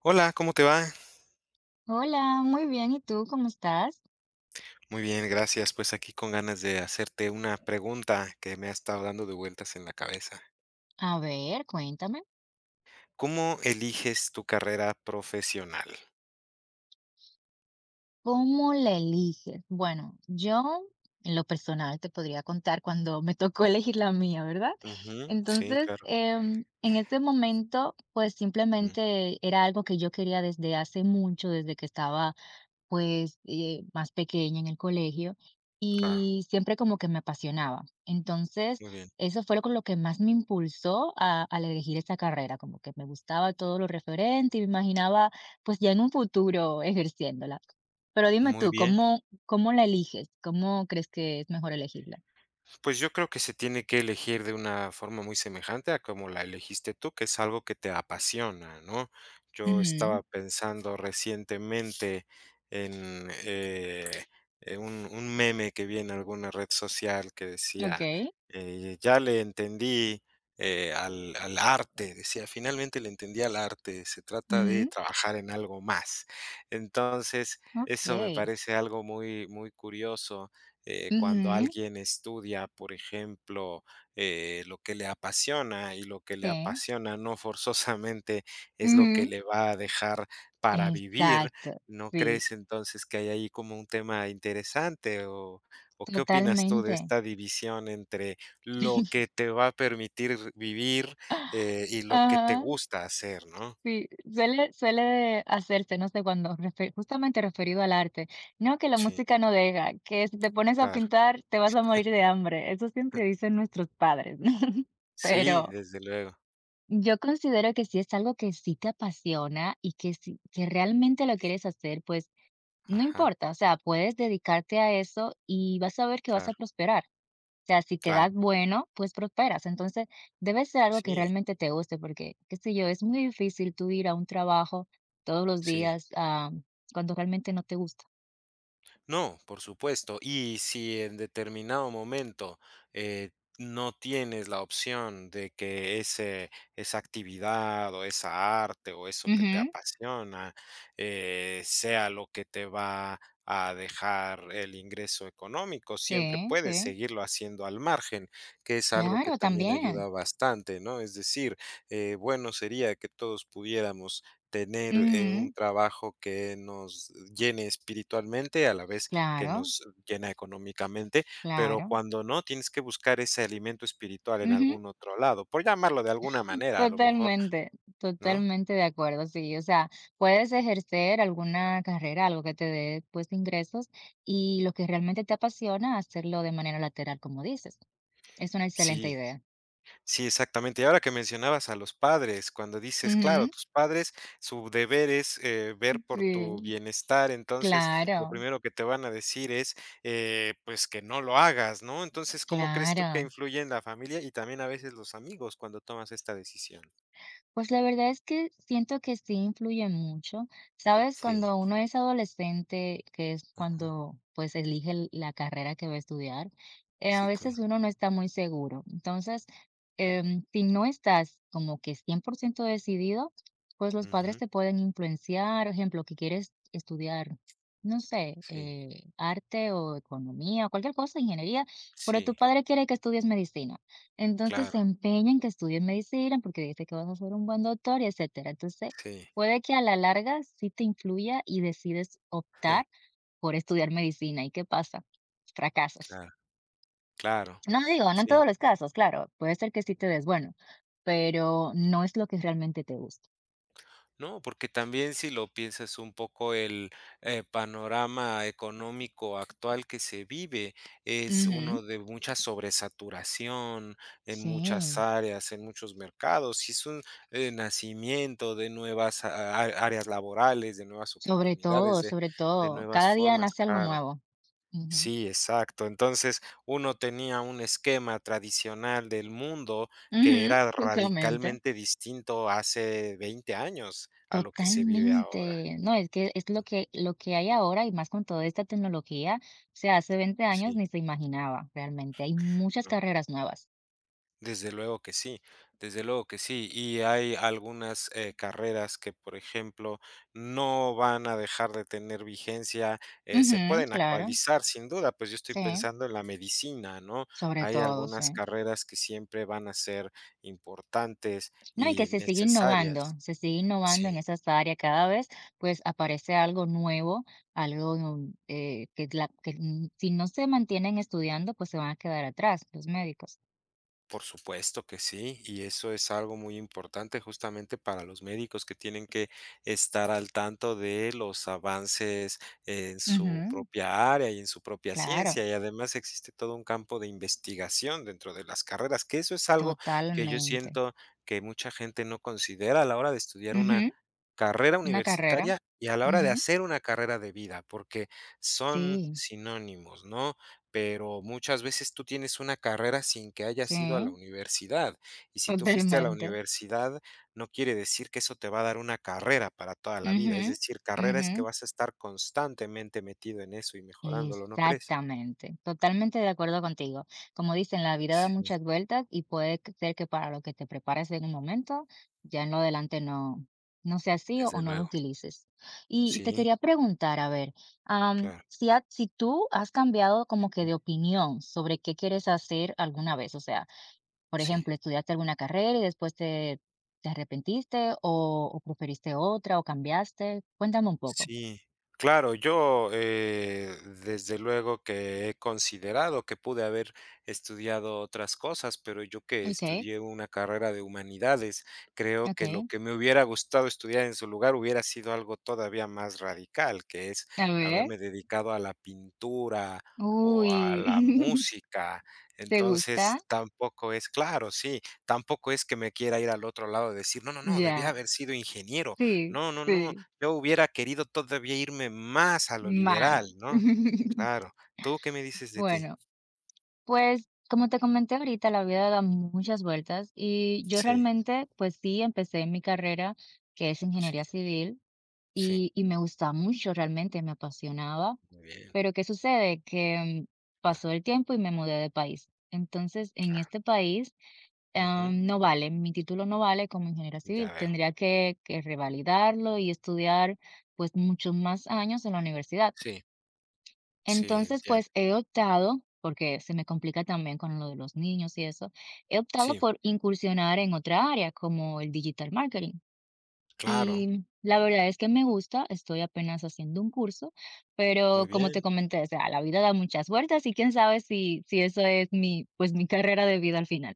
Hola, ¿cómo te va? Hola, muy bien. ¿Y tú cómo estás? Muy bien, gracias. Pues aquí con ganas de hacerte una pregunta que me ha estado dando de vueltas en la cabeza. A ver, cuéntame, ¿Cómo eliges tu carrera profesional? ¿cómo la eliges? Bueno, yo en lo personal te podría contar cuando me tocó elegir la mía, ¿verdad? Ujú, sí, Entonces, claro. em, en este momento, pues Mm, simplemente era algo que yo quería desde hace mucho, desde que estaba pues, más pequeña en el colegio, claro, y siempre como que me apasionaba. Entonces, muy bien. eso fue lo con lo que más me impulsó a al elegir esa carrera, como que me gustaba todo lo referente y me imaginaba, pues, ya en un futuro ejerciéndola. Pero dime Muy tú, bien. ¿cómo la eliges? ¿Cómo crees que es mejor elegirla? Pues yo creo que se tiene que elegir de una forma muy semejante a como la elegiste tú, que es algo que te apasiona, ¿no? Yo estaba Ujú, pensando recientemente en un meme que vi en alguna red social que decía, okey. Ya le entendí al arte, decía, finalmente le entendí al arte, se trata de Ujú, trabajar en algo más. Entonces, eso me okey. parece algo muy, muy curioso cuando Ujú, alguien estudia, por ejemplo, lo que le apasiona y lo que le sí. apasiona no forzosamente es lo que Ujú. le va a dejar para vivir, Exacto, ¿no sí, crees entonces que hay ahí como un tema interesante o qué opinas tú de totalmente. esta división entre lo que te va a permitir vivir y lo que te Ajá, gusta hacer, ¿no? sí, suele hacerse, no sé, cuándo refe justamente referido al arte. No, que la Sí, música no deja, que si te pones a claro. pintar te vas a morir de hambre. Eso siempre dicen nuestros padres. ¿No? Sí, Pero desde luego. yo considero que si es algo que sí te apasiona y que sí que realmente lo Sí. quieres hacer, pues no Ajá, importa, o sea, puedes dedicarte a eso y vas a ver que vas a claro, prosperar sea, si te das claro. bueno, pues prosperas. Entonces, debe ser algo que Sí, realmente te guste, porque, qué sé yo, es muy difícil tú ir a un trabajo todos los sí. días, cuando realmente no te gusta. No, por supuesto. Y si en determinado momento eh, no tienes la opción de que ese, esa actividad o esa arte o eso que te Ujú. apasiona sea lo que te va a dejar el ingreso económico, siempre Sí, puedes sí. seguirlo haciendo al margen, que es algo que Claro, también ayuda también. bastante, ¿no? Es decir, bueno sería que todos pudiéramos tener, un Ujú. trabajo que nos llene espiritualmente, a la vez que Claro, nos llena económicamente, pero claro. cuando no, tienes que buscar ese alimento espiritual en Ujú. algún otro lado, por llamarlo de alguna manera, a lo mejor, Totalmente, ¿no? totalmente de acuerdo, sí. O sea, puedes ejercer alguna carrera, algo que te dé, pues, ingresos y lo que realmente te apasiona, hacerlo de manera lateral, como dices. Es una excelente Sí. idea. Sí, exactamente. Y ahora que mencionabas a los padres, cuando dices, claro, Ujú, tus padres, su deber es ver por tu sí, bienestar, entonces lo claro, primero que te van a decir es, pues que no lo hagas, ¿no? Entonces, ¿cómo crees tú que claro. influye en la familia y también a veces los amigos cuando tomas esta decisión? Pues la verdad es que siento que sí influye mucho, ¿sabes? Sí, Cuando uno es adolescente, que es cuando pues elige la carrera que va a estudiar, a sí, veces claro. uno no está muy seguro. Entonces, No. em, si no estás como que 100% decidido, pues los padres Ujú. te pueden influenciar, por ejemplo, que quieres estudiar, no sé, Sí, eh, arte o economía o cualquier cosa, ingeniería, pero tu sí, padre quiere que estudies medicina. Entonces claro, se empeña en que estudies medicina porque dice que vas a ser un buen doctor y etcétera. Entonces, sí, puede que a la larga sí te influya y decides optar por estudiar medicina. ¿Y qué pasa? Fracasas. claro, claro, No digo, no en sí. todos los casos, claro, puede ser que sí te des bueno, pero no es lo que realmente te gusta. No, porque también si lo piensas un poco el, panorama económico actual que se vive es Ujú, uno de mucha sobresaturación en muchas sí, áreas, en muchos mercados, y es un, nacimiento de nuevas a áreas laborales, de nuevas oportunidades, de sobre de todo, nuevas cada día formas, nace algo claro. nuevo. Ujú, Sí, exacto. Entonces, uno tenía un esquema tradicional del mundo que ujú, era justamente. radicalmente distinto hace 20 años a lo que se vive ahora, Totalmente. No, es que es lo ¿no? que lo que hay ahora, y más con toda esta tecnología, o sea, hace 20 años Sí, ni se imaginaba realmente. Hay muchas no. carreras nuevas. Desde luego que sí, desde luego que sí. Y hay algunas carreras que, por ejemplo, no van a dejar de tener vigencia, se Ujú, pueden claro. actualizar sin duda, pues yo estoy Sí, pensando en la medicina, ¿no? sobre Hay todo, algunas sí. carreras que siempre van a ser importantes No, y que y necesarias. se sigue innovando en Sí. esas áreas. Cada vez, pues, aparece algo nuevo, que si no se mantienen estudiando, pues, se van a quedar atrás los médicos. Por supuesto que sí, y eso es algo muy importante justamente para los médicos que tienen que estar al tanto de los avances en su Ujú, propia área y en su propia claro, ciencia. Y además existe todo un campo de investigación dentro de las carreras, que eso es algo que yo totalmente. siento que mucha gente no considera a la hora de estudiar una Ujú, carrera una carrera. universitaria y a la hora de Ujú. hacer una carrera de vida, porque son Sí, sinónimos, ¿no? Pero muchas veces tú tienes una carrera sin que hayas ido a la sí, universidad, y si tú fuiste a la totalmente. universidad, no quiere decir que eso te va a dar una carrera para toda la vida. Ujú, Es decir, carrera ujú, es que vas a estar constantemente metido en eso y mejorándolo, ¿no crees? exactamente, totalmente de acuerdo contigo. Como dicen, la vida da Sí, muchas vueltas y ser que para lo que te prepares en un momento, ya en lo adelante no, no sea así desde o no lo luego. utilices. Y te Sí, quería preguntar, a ver, am, claro. si, ha- si tú has cambiado como que de opinión sobre qué quieres hacer alguna vez, o sea, por Sí. ejemplo, estudiaste alguna carrera y después te, te arrepentiste o preferiste otra o cambiaste. Cuéntame un poco. Sí, claro, yo desde luego que he considerado que pude haber estudiado otras cosas, pero yo que Okay, estudié una carrera de humanidades, creo que lo okay. que me hubiera gustado estudiar en su lugar hubiera sido algo todavía más radical, que es A ver. haberme dedicado a la pintura o Uy, a la música. ¿te Entonces, gusta? tampoco es claro, sí, tampoco es que me quiera ir al otro lado y decir, no, no, no, debía Ya, haber sido ingeniero. sí, No, no, no. sí, Yo hubiera querido todavía irme más a lo más. liberal, ¿no? Claro. ¿Tú qué me dices de ti? Bueno, pues como te comenté ahorita, la vida da muchas vueltas y yo Sí, realmente, pues sí, empecé mi carrera, que es sí, ingeniería civil, sí. Y me gustaba mucho realmente, me apasionaba. Muy bien. Pero, ¿qué sucede? Que, Ah, pasó el tiempo y me mudé de país. Entonces, en claro. este país, Ujú. No vale, mi título no vale como ingeniera civil. Ya veo. Tendría que revalidarlo y estudiar, pues, muchos más años en la universidad. Sí, sí, Entonces, entiendo. pues, he optado, porque se me complica también con lo de los niños y eso, he optado Sí, por incursionar en otra área, como el digital marketing. claro. Y la verdad es que me gusta, estoy apenas haciendo un curso, Muy pero como bien. te comenté, o sea, la vida da muchas vueltas y quién sabe si eso es mi, pues, mi carrera de vida al final.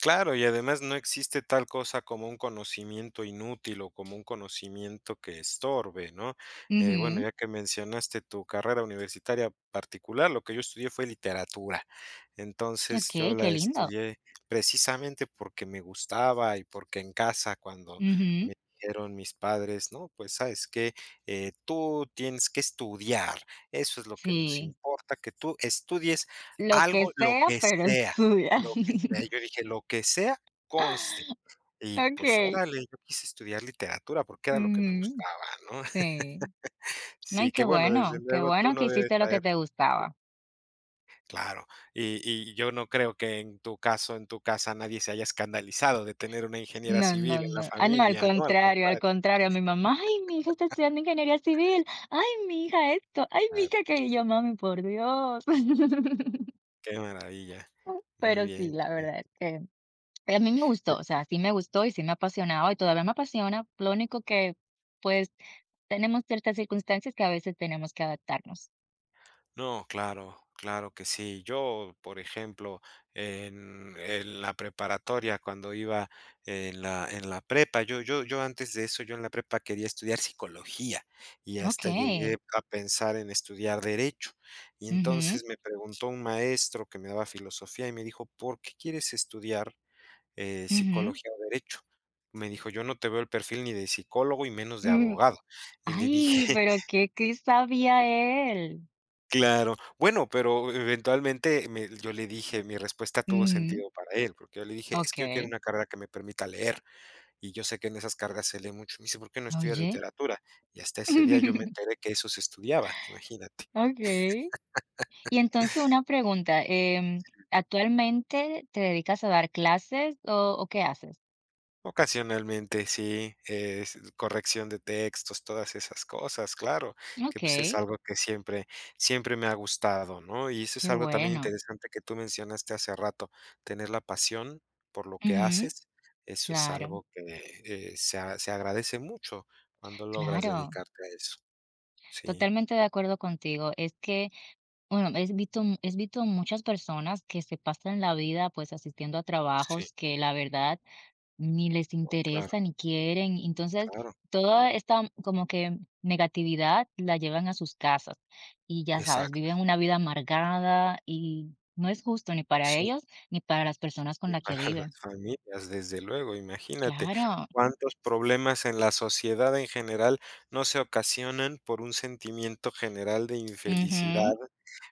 Claro, y además no existe tal cosa como un conocimiento inútil o como un conocimiento que estorbe, ¿no? Bueno, Ujú. ya que mencionaste tu carrera universitaria particular, lo que yo estudié fue literatura. Entonces yo Okey, qué la lindo. estudié precisamente porque me gustaba y porque en casa cuando Ujú. me dijeron mis padres, no, pues sabes que tú tienes que estudiar, eso es lo que nos Sí, importa, que tú estudies lo algo, que lo sea, que pero sea. estudia. Lo que sea, yo dije: "Lo que sea, conste". Y, pues, Okey. órale, yo quise estudiar literatura porque era lo que me Ujú. gustaba, ¿no? Sí. No, y Sí, que bueno, desde qué luego tú bueno que no debes hiciste lo que saber te gustaba. claro, y y yo no creo que en tu caso, en tu casa, nadie se haya escandalizado de tener una ingeniera No, civil no, en la no. Ah, no, al familia, ¿no? Al contrario, al contrario. contrario. Mi mamá, ay, mi hija está estudiando ingeniería civil. Ay, mi hija esto. Ay, mi Ah, hija que yo, mami, por Dios. qué maravilla. Muy Pero sí, bien, la sí. verdad es que a mí me gustó, o sea, sí me gustó y sí me apasionaba y todavía me apasiona. Lo único que, pues, tenemos ciertas circunstancias que a veces tenemos que adaptarnos. No, claro, claro que sí. Yo, por ejemplo, en la preparatoria, cuando iba en la prepa, yo antes de eso, yo en la prepa quería estudiar psicología y Ok. hasta llegué a pensar en estudiar derecho. Y Ujú, entonces me preguntó un maestro que me daba filosofía y me dijo, ¿por qué quieres estudiar ujú. psicología o derecho? Me dijo, yo no te veo el perfil ni de psicólogo y menos de Mm, abogado. Y le ay, dije. pero qué, qué sabía él. Claro. Bueno, pero eventualmente me yo le dije, mi respuesta tuvo Ujú, sentido para él, porque yo le dije: "Es ok. que yo quiero una carrera que me permita leer, y yo sé que en esas cargas se lee mucho". Me dice: "¿Por qué no estudias Oye. literatura?". Y hasta ese día yo me enteré que eso se estudiaba, imagínate. Okey. Y entonces una pregunta, ¿actualmente te dedicas a dar clases o qué haces? Ocasionalmente sí, es corrección de textos, todas esas cosas, claro, que pues es Okey, algo que siempre me ha gustado, ¿no? Y eso es qué algo también bueno. interesante que tú mencionaste hace rato, tener la pasión por lo que Ujú, haces, eso es claro, algo que, se agradece mucho cuando logras claro, dedicarte a eso. Sí, totalmente de acuerdo contigo. Es que, bueno, he visto m es visto muchas personas que se pasan la vida, pues, asistiendo a sí, trabajos que la verdad ni les no, claro, interesa, ni quieren. Entonces, claro, toda esta como que negatividad la llevan a sus casas y ya sabes, exacto, viven una vida amargada y no es justo ni para sí. ellos ni para las personas con Y las para que las viven. familias, desde luego, imagínate Claro, cuántos problemas en la sociedad en general no se ocasionan por un sentimiento general de infelicidad, ujú,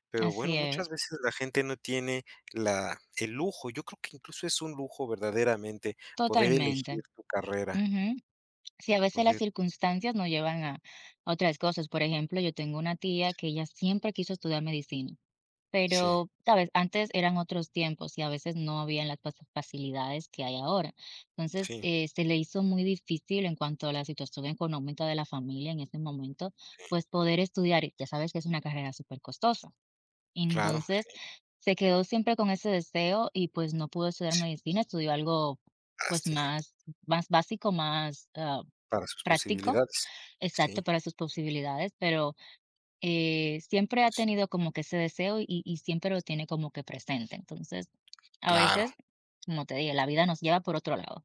pero bueno, así muchas es, veces la gente no tiene la el lujo, yo creo que incluso es un lujo verdaderamente poder elegir totalmente. tu carrera, Ujú. Sí, a veces las poder. circunstancias nos llevan a otras cosas. Por ejemplo, yo tengo una tía que ella siempre quiso estudiar medicina. Sí, Pero, ¿sabes? Antes eran otros tiempos y a veces no habían las facilidades que hay ahora. Entonces, sí, se le hizo muy difícil en cuanto a la situación económica de la familia en ese momento, pues poder estudiar. Y ya sabes que es una carrera súper costosa. claro, Entonces, sí, se quedó siempre con ese deseo y pues no pudo estudiar sí, medicina, estudió algo pues lástima más, más básico, para sus práctico, posibilidades. exacto Sí, para sus posibilidades, pero siempre ha sí, tenido como que ese deseo y siempre lo tiene como que presente. Entonces, a claro. veces, como te dije, la vida nos lleva por otro lado.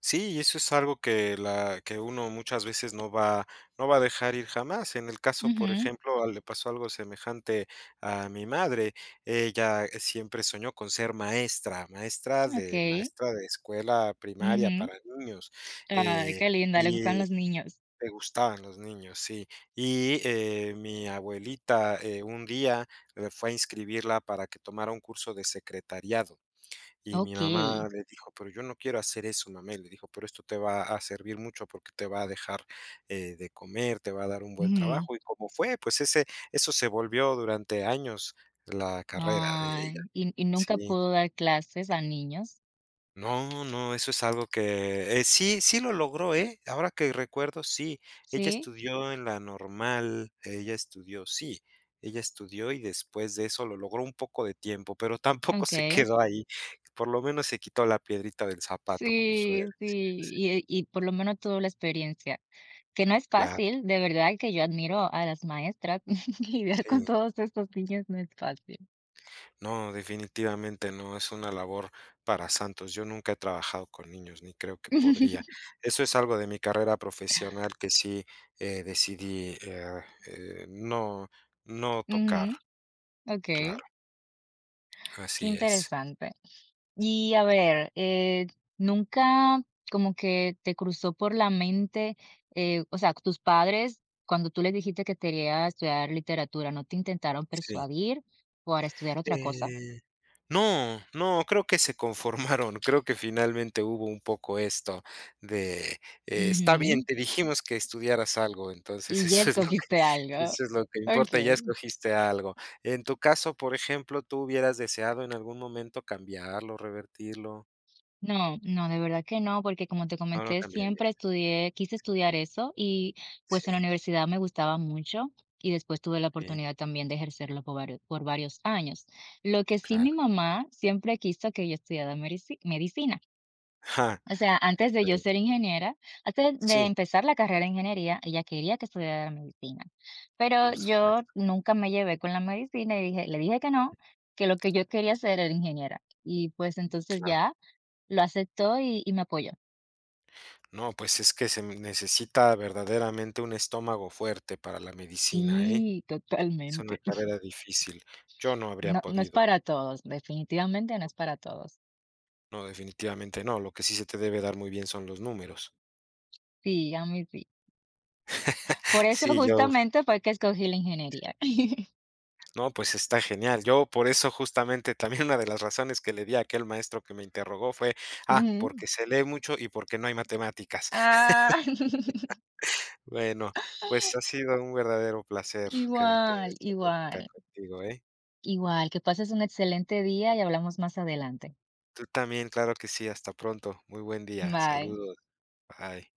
Sí, y eso es algo que la que uno muchas veces no va no va a dejar ir jamás. En el caso, por Ujú, ejemplo, al le pasó algo semejante a mi madre. Ella siempre soñó con ser maestra, maestra de okey, maestra de escuela primaria ujú. para niños. Ay, eh, qué linda, le gustan y los niños. le gustaban los niños, sí. Y mi abuelita un día fue a inscribirla para que tomara un curso de secretariado. Y mi Okey, mamá le dijo: "Pero yo no quiero hacer eso, mamá", y le dijo: "Pero esto te va a servir mucho porque te va a dejar, de comer, te va a dar un buen ujú. trabajo", y como fue, pues ese eso se volvió durante años la carrera de ella. Ay, y nunca Sí. pudo dar clases a niños? No, no, eso es algo que, sí, sí lo logró, ¿eh? Ahora que recuerdo, sí, ella Sí, estudió en la normal, ella estudió, sí, ella estudió y después de eso lo logró un poco de tiempo, pero tampoco se okey. quedó ahí, por lo menos se quitó la piedrita del zapato, como suele, Sí, sí, y por lo menos tuvo la experiencia, que no es claro, fácil, de verdad que yo admiro a las maestras, lidiar con sí. todos estos niños no es fácil. No, definitivamente no es una labor para santos. Yo nunca he trabajado con niños, ni creo que podría. Eso es algo de mi carrera profesional que sí decidí no, no Ujú, tocar. okey, Claro, qué así es. interesante. Y a ver, ¿nunca como que te cruzó por la mente, o sea, tus padres, cuando tú les dijiste que te querías estudiar literatura, no te intentaron Sí. persuadir para estudiar otra cosa? Eh, no, no, creo que se conformaron. Creo que finalmente hubo un poco esto de, está bien, Ujú, te dijimos que estudiaras algo, entonces y ya eso es lo que escogiste algo. eso es lo que importa, ya Okey. escogiste algo. En tu caso, por ejemplo, ¿tú hubieras deseado en algún momento cambiarlo, revertirlo? No, no, de verdad que no, porque como te No lo comenté, siempre cambiarías. estudié, quise estudiar eso y Sí, pues en la universidad me gustaba mucho y después tuve la bien, oportunidad también de ejercerlo por varios años. Lo que sí claro. mi mamá siempre quiso que yo estudiara medicina. Ajá, O sea, antes de yo sí, ser ingeniera, antes de sí, empezar la carrera de ingeniería, ella quería que estudiara medicina. Pero por yo supuesto, nunca me llevé con la medicina y dije, le dije que no, que lo que yo quería hacer era ingeniera. Y pues entonces claro. ya lo aceptó y me apoyó. No, pues es que se necesita verdaderamente un estómago fuerte para la medicina, ¿eh? Sí, Es una totalmente. carrera difícil. Yo no habría No no es podido. para todos, definitivamente no es para todos. No, definitivamente no. Lo que sí se te debe dar muy bien son los números. Sí, a mí sí. Por eso Sí, yo justamente fue que escogí la ingeniería. no, pues está genial. Yo por eso justamente también una de las razones que le di a aquel maestro que me interrogó fue, ah, Ujú. porque se lee mucho y porque no hay matemáticas. Ah, Bueno, pues ha sido un verdadero placer, tener igual, esta plática igual, contigo, ¿eh? igual. Que pases un excelente día y hablamos más adelante. Tú también, claro que sí. Hasta pronto. Muy buen día. Bye. Saludos. Bye.